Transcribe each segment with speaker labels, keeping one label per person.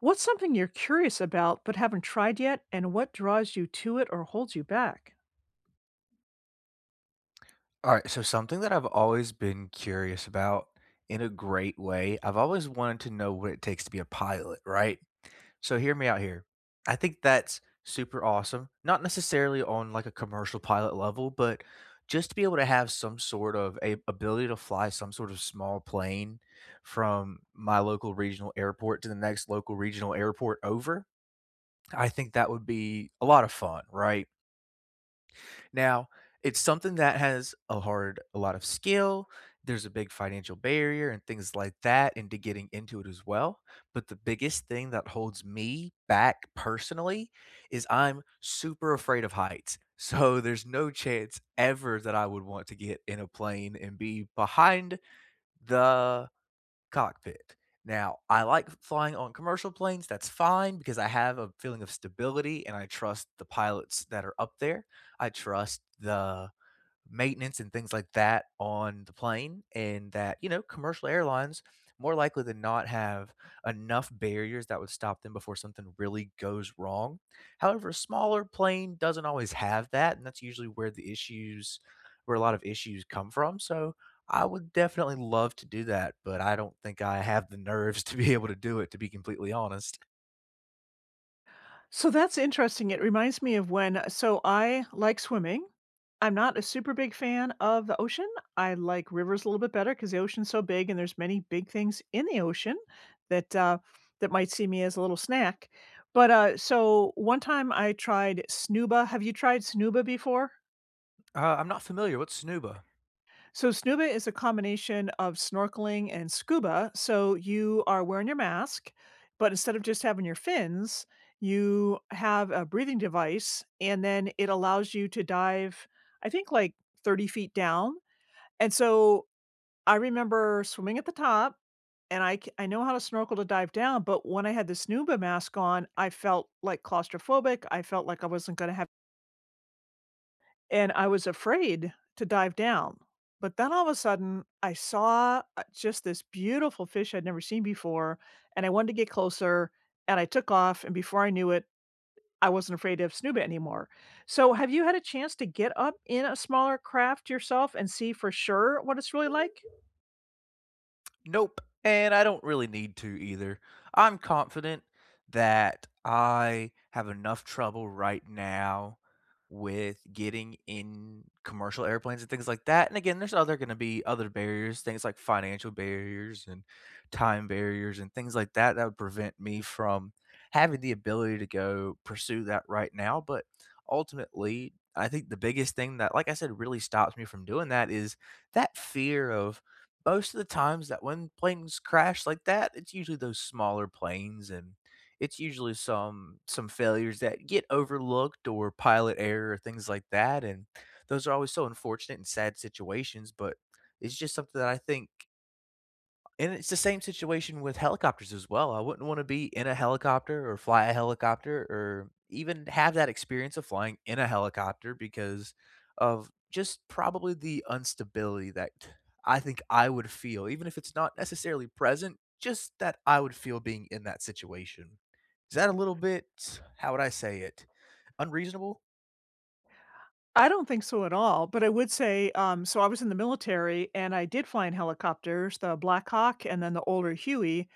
Speaker 1: What's something you're curious about but haven't tried yet, and what draws you to it or holds you back?
Speaker 2: Alright, so something that I've always been curious about in a great way, I've always wanted to know what it takes to be a pilot, right? So hear me out here. I think that's super awesome. Not necessarily on like a commercial pilot level, but just to be able to have some sort of a ability to fly some sort of small plane from my local regional airport to the next local regional airport over, I think that would be a lot of fun, right? Now, it's something that has a hard a lot of skill, there's a big financial barrier and things like that into getting into it as well, but the biggest thing that holds me back personally is I'm super afraid of heights. So, there's no chance ever that I would want to get in a plane and be behind the cockpit. Now, I like flying on commercial planes. That's fine because I have a feeling of stability and I trust the pilots that are up there. I trust the maintenance and things like that on the plane, and that, you know, commercial airlines more likely than not have enough barriers that would stop them before something really goes wrong. However, a smaller plane doesn't always have that, and that's usually where the issues where a lot of issues come from. So I would definitely love to do that, but I don't think I have the nerves to be able to do it, to be completely honest.
Speaker 1: So that's interesting. It reminds me of when so I like swimming. I'm not a super big fan of the ocean. I like rivers a little bit better because the ocean's so big and there's many big things in the ocean that uh, that might see me as a little snack. But so one time I tried snuba. Have you tried snuba before?
Speaker 2: I'm not familiar. What's Snuba?
Speaker 1: So, snuba is a combination of snorkeling and scuba. So, you are wearing your mask, but instead of just having your fins, you have a breathing device, and then it allows you to dive, I think, like 30 feet down. And so, I remember swimming at the top, and I know how to snorkel to dive down. But when I had the snuba mask on, I felt like claustrophobic. I felt like I wasn't going to have, and I was afraid to dive down, but then all of a sudden, I saw, just this beautiful fish I'd never seen before, and I wanted to get closer, and I took off, and before I knew it, I wasn't afraid of snuba anymore. So, have you had a chance to get up in a smaller craft yourself and see for sure what it's really like?
Speaker 2: Nope. And I don't really need to either. I'm confident that I have enough trouble right now with getting in commercial airplanes and things like that. And again, there's other going to be other barriers, things like financial barriers and time barriers and things like that that would prevent me from having the ability to go pursue that right now. But ultimately, I think the biggest thing that, like I said, really stops me from doing that is that fear of most of the times that when planes crash like that, it's usually those smaller planes and it's usually some failures that get overlooked or pilot error or things like that, and those are always so unfortunate and sad situations, but it's just something that I think and it's the same situation with helicopters as well. I wouldn't want to be in a helicopter or fly a helicopter or even have that experience of flying in a helicopter because of just probably the instability that I think I would feel, even if it's not necessarily present, just that I would feel being in that situation. Is that a little bit, how would I say it, unreasonable?
Speaker 1: I don't think so at all, but I would say, so I was in the military, and I did fly in helicopters, the Black Hawk and then the older Huey.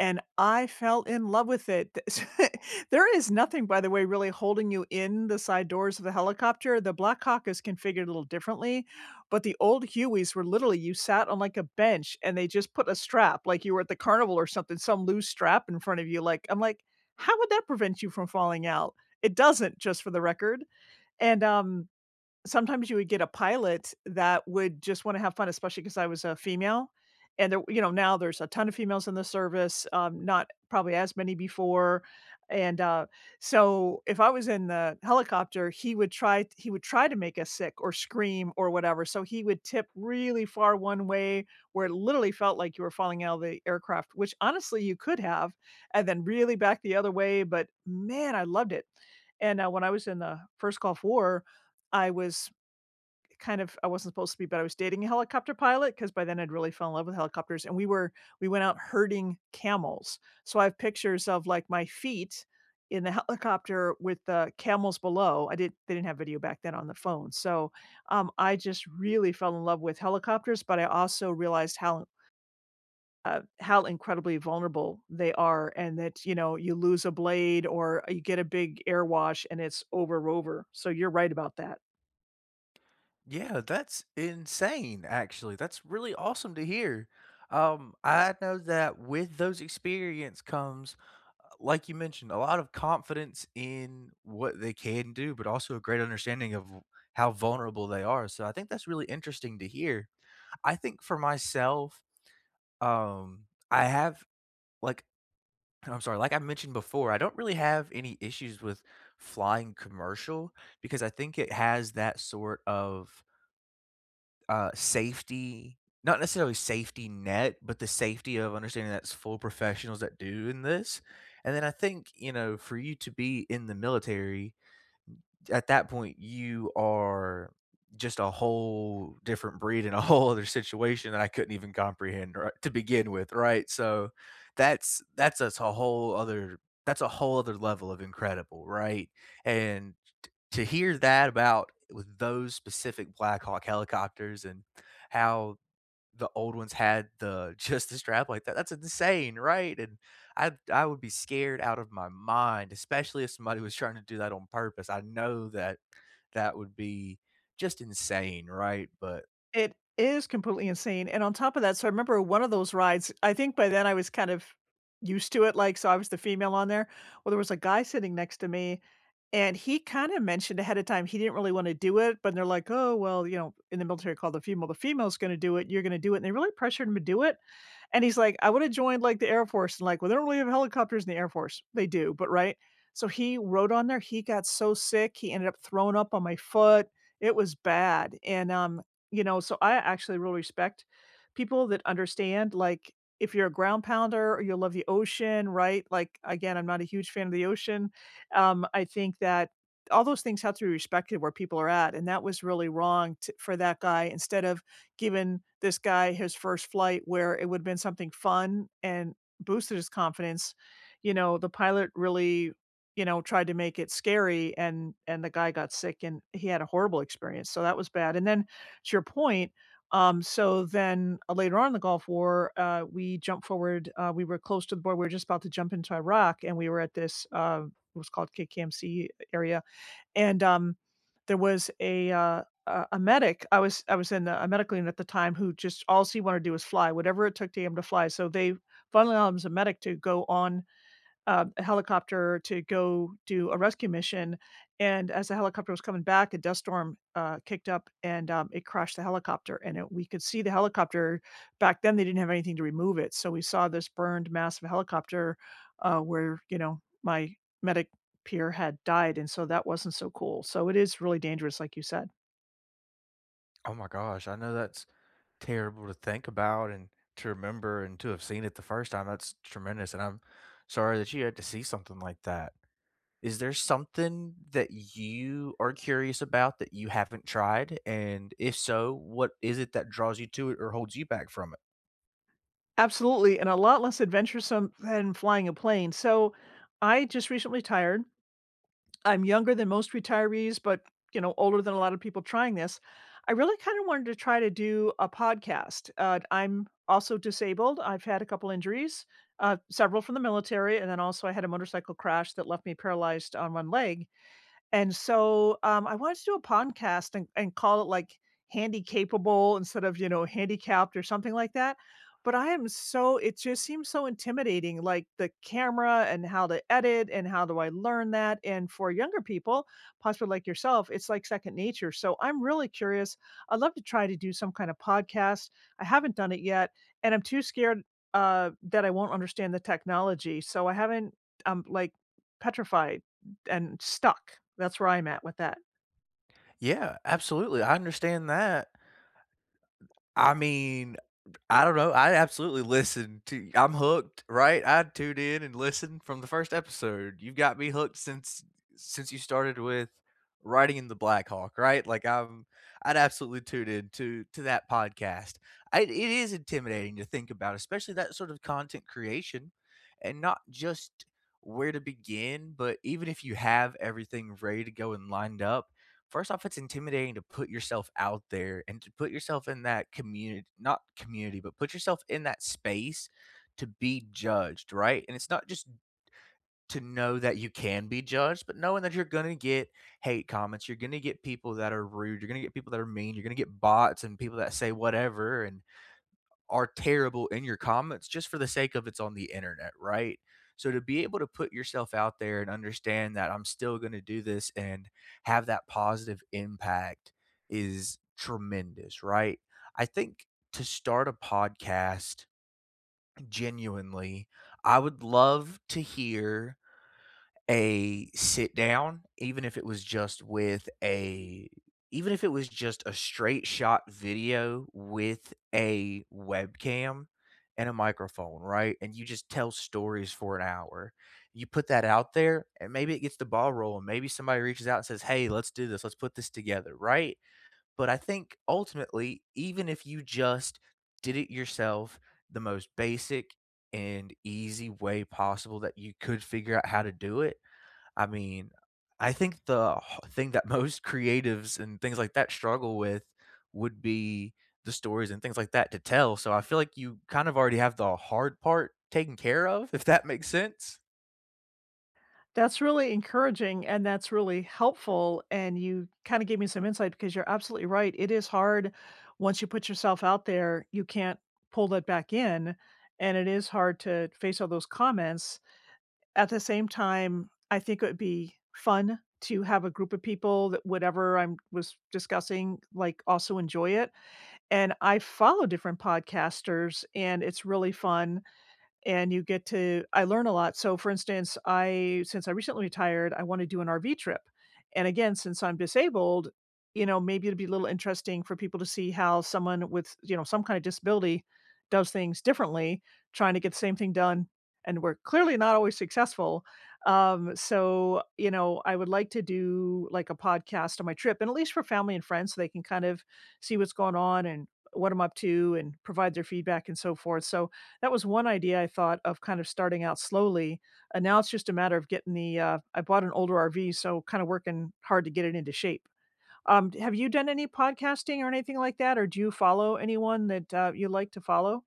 Speaker 1: And I fell in love with it. There is nothing, by the way, really holding you in the side doors of the helicopter. The Black Hawk is configured a little differently, but the old Hueys were literally you sat on, like, a bench, and they just put a strap, like you were at the carnival or something, some loose strap in front of you, like I'm like, "How would that prevent you from falling out?" It doesn't, just for the record. And, sometimes you would get a pilot that would just wanna have fun, especially because I was a female, and now there's a ton of females in the service, not probably as many before, and, so if I was in the helicopter, he would try to make us sick or scream or whatever, so he would tip really far one way where it literally felt like you were falling out of the aircraft, which honestly you could have, and then really back the other way, but man, I loved it. And, when I was in the first Gulf War, I was I wasn't supposed to be, but I was dating a helicopter pilot because by then I'd really fell in love with helicopters, and we went out herding camels. So I have pictures of, like, my feet in the helicopter with the camels below. I did they didn't have video back then on the phone. So, I just really fell in love with helicopters, but I also realized how how incredibly vulnerable they are, and that, you know, you lose a blade or you get a big air wash and it's over. So you're right about that.
Speaker 2: Yeah, that's insane, actually. That's really awesome to hear. I know that with those experience comes, like you mentioned, a lot of confidence in what they can do, but also a great understanding of how vulnerable they are. So I think that's really interesting to hear. I think for myself, um, I have like I'm sorry, like I mentioned before, I don't really have any issues with flying commercial because I think it has that sort of safety, not necessarily safety net, but the safety of understanding that's full professionals that do in this, and then I think, you know, for you to be in the military at that point, you are just a whole different breed in a whole other situation that I couldn't even comprehend right, to begin with, right? So that's a whole other that's a whole other level of incredible, right? And to hear that about with those specific Black Hawk helicopters and how the old ones had the just the strap like that. That's insane, right? And I would be scared out of my mind, especially if somebody was trying to do that on purpose. I know that that would be just insane, right? But
Speaker 1: It is completely insane, and on top of that, so I remember one of those rides. I think by then I was kind of used to it, like, so I was the female on there. Well, there was a guy sitting next to me, and he kinda mentioned ahead of time he didn't really wanna do it, but they're like, "Oh, well," you know, in the military called the female, "The female's gonna do it, you're gonna do it," and they really pressured him to do it, and he's like, "I would've joined, like, the Air Force," and, like, "Well, they don't really have helicopters in the Air Force." They do, but right? So he rode on there, he got so sick, he ended up throwing up on my foot. It was bad, and, so I actually really respect people that understand, like, if you're a ground pounder or you love the ocean, right? Like, again, I'm not a huge fan of the ocean. I think that all those things have to be respected where people are at, and that was really wrong t for that guy. Instead of given this guy his first flight where it would have been something fun and boosted his confidence, the pilot really, tried to make it scary and the guy got sick and he had a horrible experience. So that was bad. And then to your point, so then later on in the Gulf War, we jumped forward. We were close to the border. We were just about to jump into Iraq and we were at this, it was called KKMC area, and, there was a medic. I was in a medical unit at the time who just all he wanted to do was fly, whatever it took to him to fly. So they finally allowed him as a medic to go on, a helicopter to go do a rescue mission, and as the helicopter was coming back, a dust storm, kicked up and, it crashed the helicopter, and it we could see the helicopter. Back then, they didn't have anything to remove it, so we saw this burned massive helicopter, where, my medic peer had died, and so that wasn't so cool. So it is really dangerous, like you said.
Speaker 2: oh my gosh, I know that's terrible to think about and to remember and to have seen it the first time. That's tremendous, and I'm sorry that you had to see something like that. Is there something that you are curious about that you haven't tried? And if so, what is it that draws you to it or holds you back from it?
Speaker 1: Absolutely, and a lot less adventuresome than flying a plane. So I just recently retired. I'm younger than most retirees, but, older than a lot of people trying this. I really kind of wanted to try to do a podcast. I'm also disabled. I've had a couple injuries, several from the military, and then also I had a motorcycle crash that left me paralyzed on one leg. And so, I wanted to do a podcast and call it, like, Handy Capable instead of, Handicapped or something like that, but I am so it just seems so intimidating, like, the camera and how to edit and how do I learn that, and for younger people, possibly like yourself, it's like second nature, so I'm really curious. I'd love to try to do some kind of podcast. I haven't done it yet, and I'm too scared, that I won't understand the technology, so I haven't I'm, like, petrified and stuck. That's where I'm at with that.
Speaker 2: Yeah, absolutely. I understand that. I mean, I don't know. I absolutely listened to I'm hooked, right? I tuned in and listened from the first episode. You've got me hooked since you started with writing in the Black Hawk, right? Like I'm I'd absolutely tune in to that podcast. I, it is intimidating to think about, especially that sort of content creation and not just where to begin, but even if you have everything ready to go and lined up, first off, it's intimidating to put yourself out there and to put yourself in that community, not community, but put yourself in that space to be judged, right? And it's not just to know that you can be judged, but knowing that you're gonna get hate comments, you're gonna get people that are rude, you're gonna get people that are mean, you're gonna get bots and people that say whatever and are terrible in your comments just for the sake of it's on the internet, right? So to be able to put yourself out there and understand that I'm still going to do this and have that positive impact is tremendous, right? I think to start a podcast genuinely, I would love to hear a sit down, even if it was just with a even if it was just a straight shot video with a webcam and a microphone, right? And you just tell stories for an hour. You put that out there and maybe it gets the ball rolling. Maybe somebody reaches out and says, "Hey, let's do this. Let's put this together," right? But I think ultimately, even if you just did it yourself, the most basic and easy way possible that you could figure out how to do it, I mean, I think the h thing that most creatives and things like that struggle with would be the stories and things like that to tell, so I feel like you kind of already have the hard part taken care of, if that makes sense.
Speaker 1: That's really encouraging and that's really helpful. And you kind of gave me some insight because you're absolutely right. It is hard. Once you put yourself out there, you can't pull that back in. And it is hard to face all those comments. At the same time, I think it would be fun to have a group of people that whatever I'm was discussing, like also enjoy it. And I follow different podcasters and it's really fun, and you get to I learn a lot. So, for instance, I since I recently retired, I want to do an RV trip. And again, since I'm disabled, maybe it'd be a little interesting for people to see how someone with, some kind of disability does things differently, trying to get the same thing done. And we're clearly not always successful. So, I would like to do like a podcast on my trip, and at least for family and friends, so they can kind of see what's going on and what I'm up to and provide their feedback and so forth. So, that was one idea I thought of, kind of starting out slowly, and now it's just a matter of getting the. I bought an older RV, so kinda working hard to get it into shape. Have you done any podcasting or anything like that, or do you follow anyone that, you like to follow?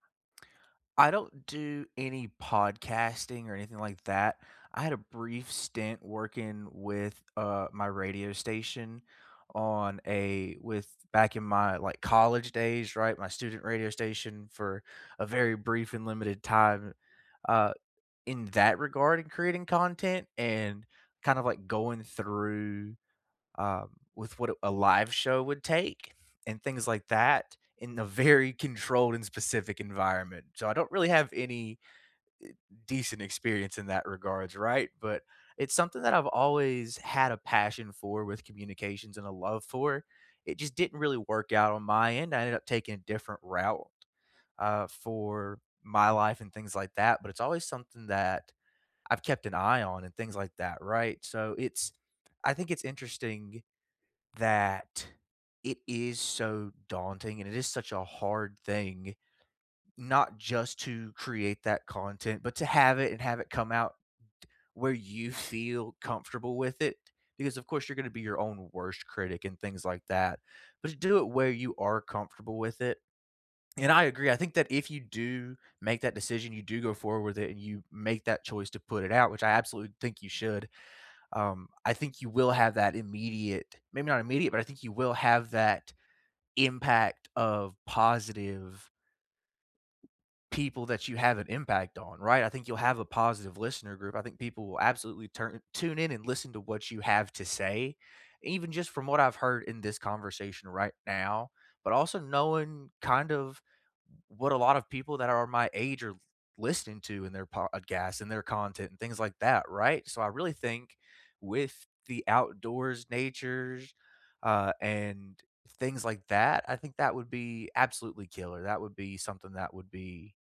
Speaker 2: I don't do any podcasting or anything like that. I had a brief stint working with, my radio station on a with back in my, like, college days, right, my student radio station for a very brief and limited time, uh in that regard in creating content and kind of like going through with what a live show would take and things like that in a very controlled and specific environment. So I don't really have any decent experience in that regards, right? But it's something that I've always had a passion for with communications and a love for. It just didn't really work out on my end. I ended up taking a different route for my life and things like that. But it's always something that I've kept an eye on and things like that, right? So it's I think it's interesting that it is so daunting and it is such a hard thing not just to create that content, but to have it and have it come out where you feel comfortable with it. Because of course you're going to be your own worst critic and things like that, but to do it where you are comfortable with it. And I agree. I think that if you do make that decision, you do go forward with it and you make that choice to put it out, which I absolutely think you should, I think you will have that immediate, maybe not immediate, but I think you will have that impact of positive people that you have an impact on, right? I think you'll have a positive listener group. I think people will absolutely turn tune in and listen to what you have to say, even just from what I've heard in this conversation right now, but also knowing kind of what a lot of people that are my age are listening to in their podcasts and their content and things like that, right? So I really think with the outdoors natures and things like that, I think that would be absolutely killer. That would be something that would be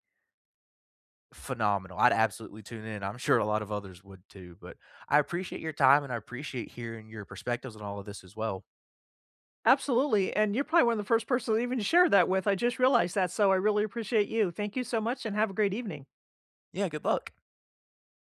Speaker 2: phenomenal. I'd absolutely tune in. I'm sure a lot of others would too, but I appreciate your time and I appreciate hearing your perspectives on all of this as well.
Speaker 1: Absolutely, and you're probably one of the first person to even share that with. I just realized that, so I really appreciate you. Thank you so much and have a great evening.
Speaker 2: Yeah, good luck.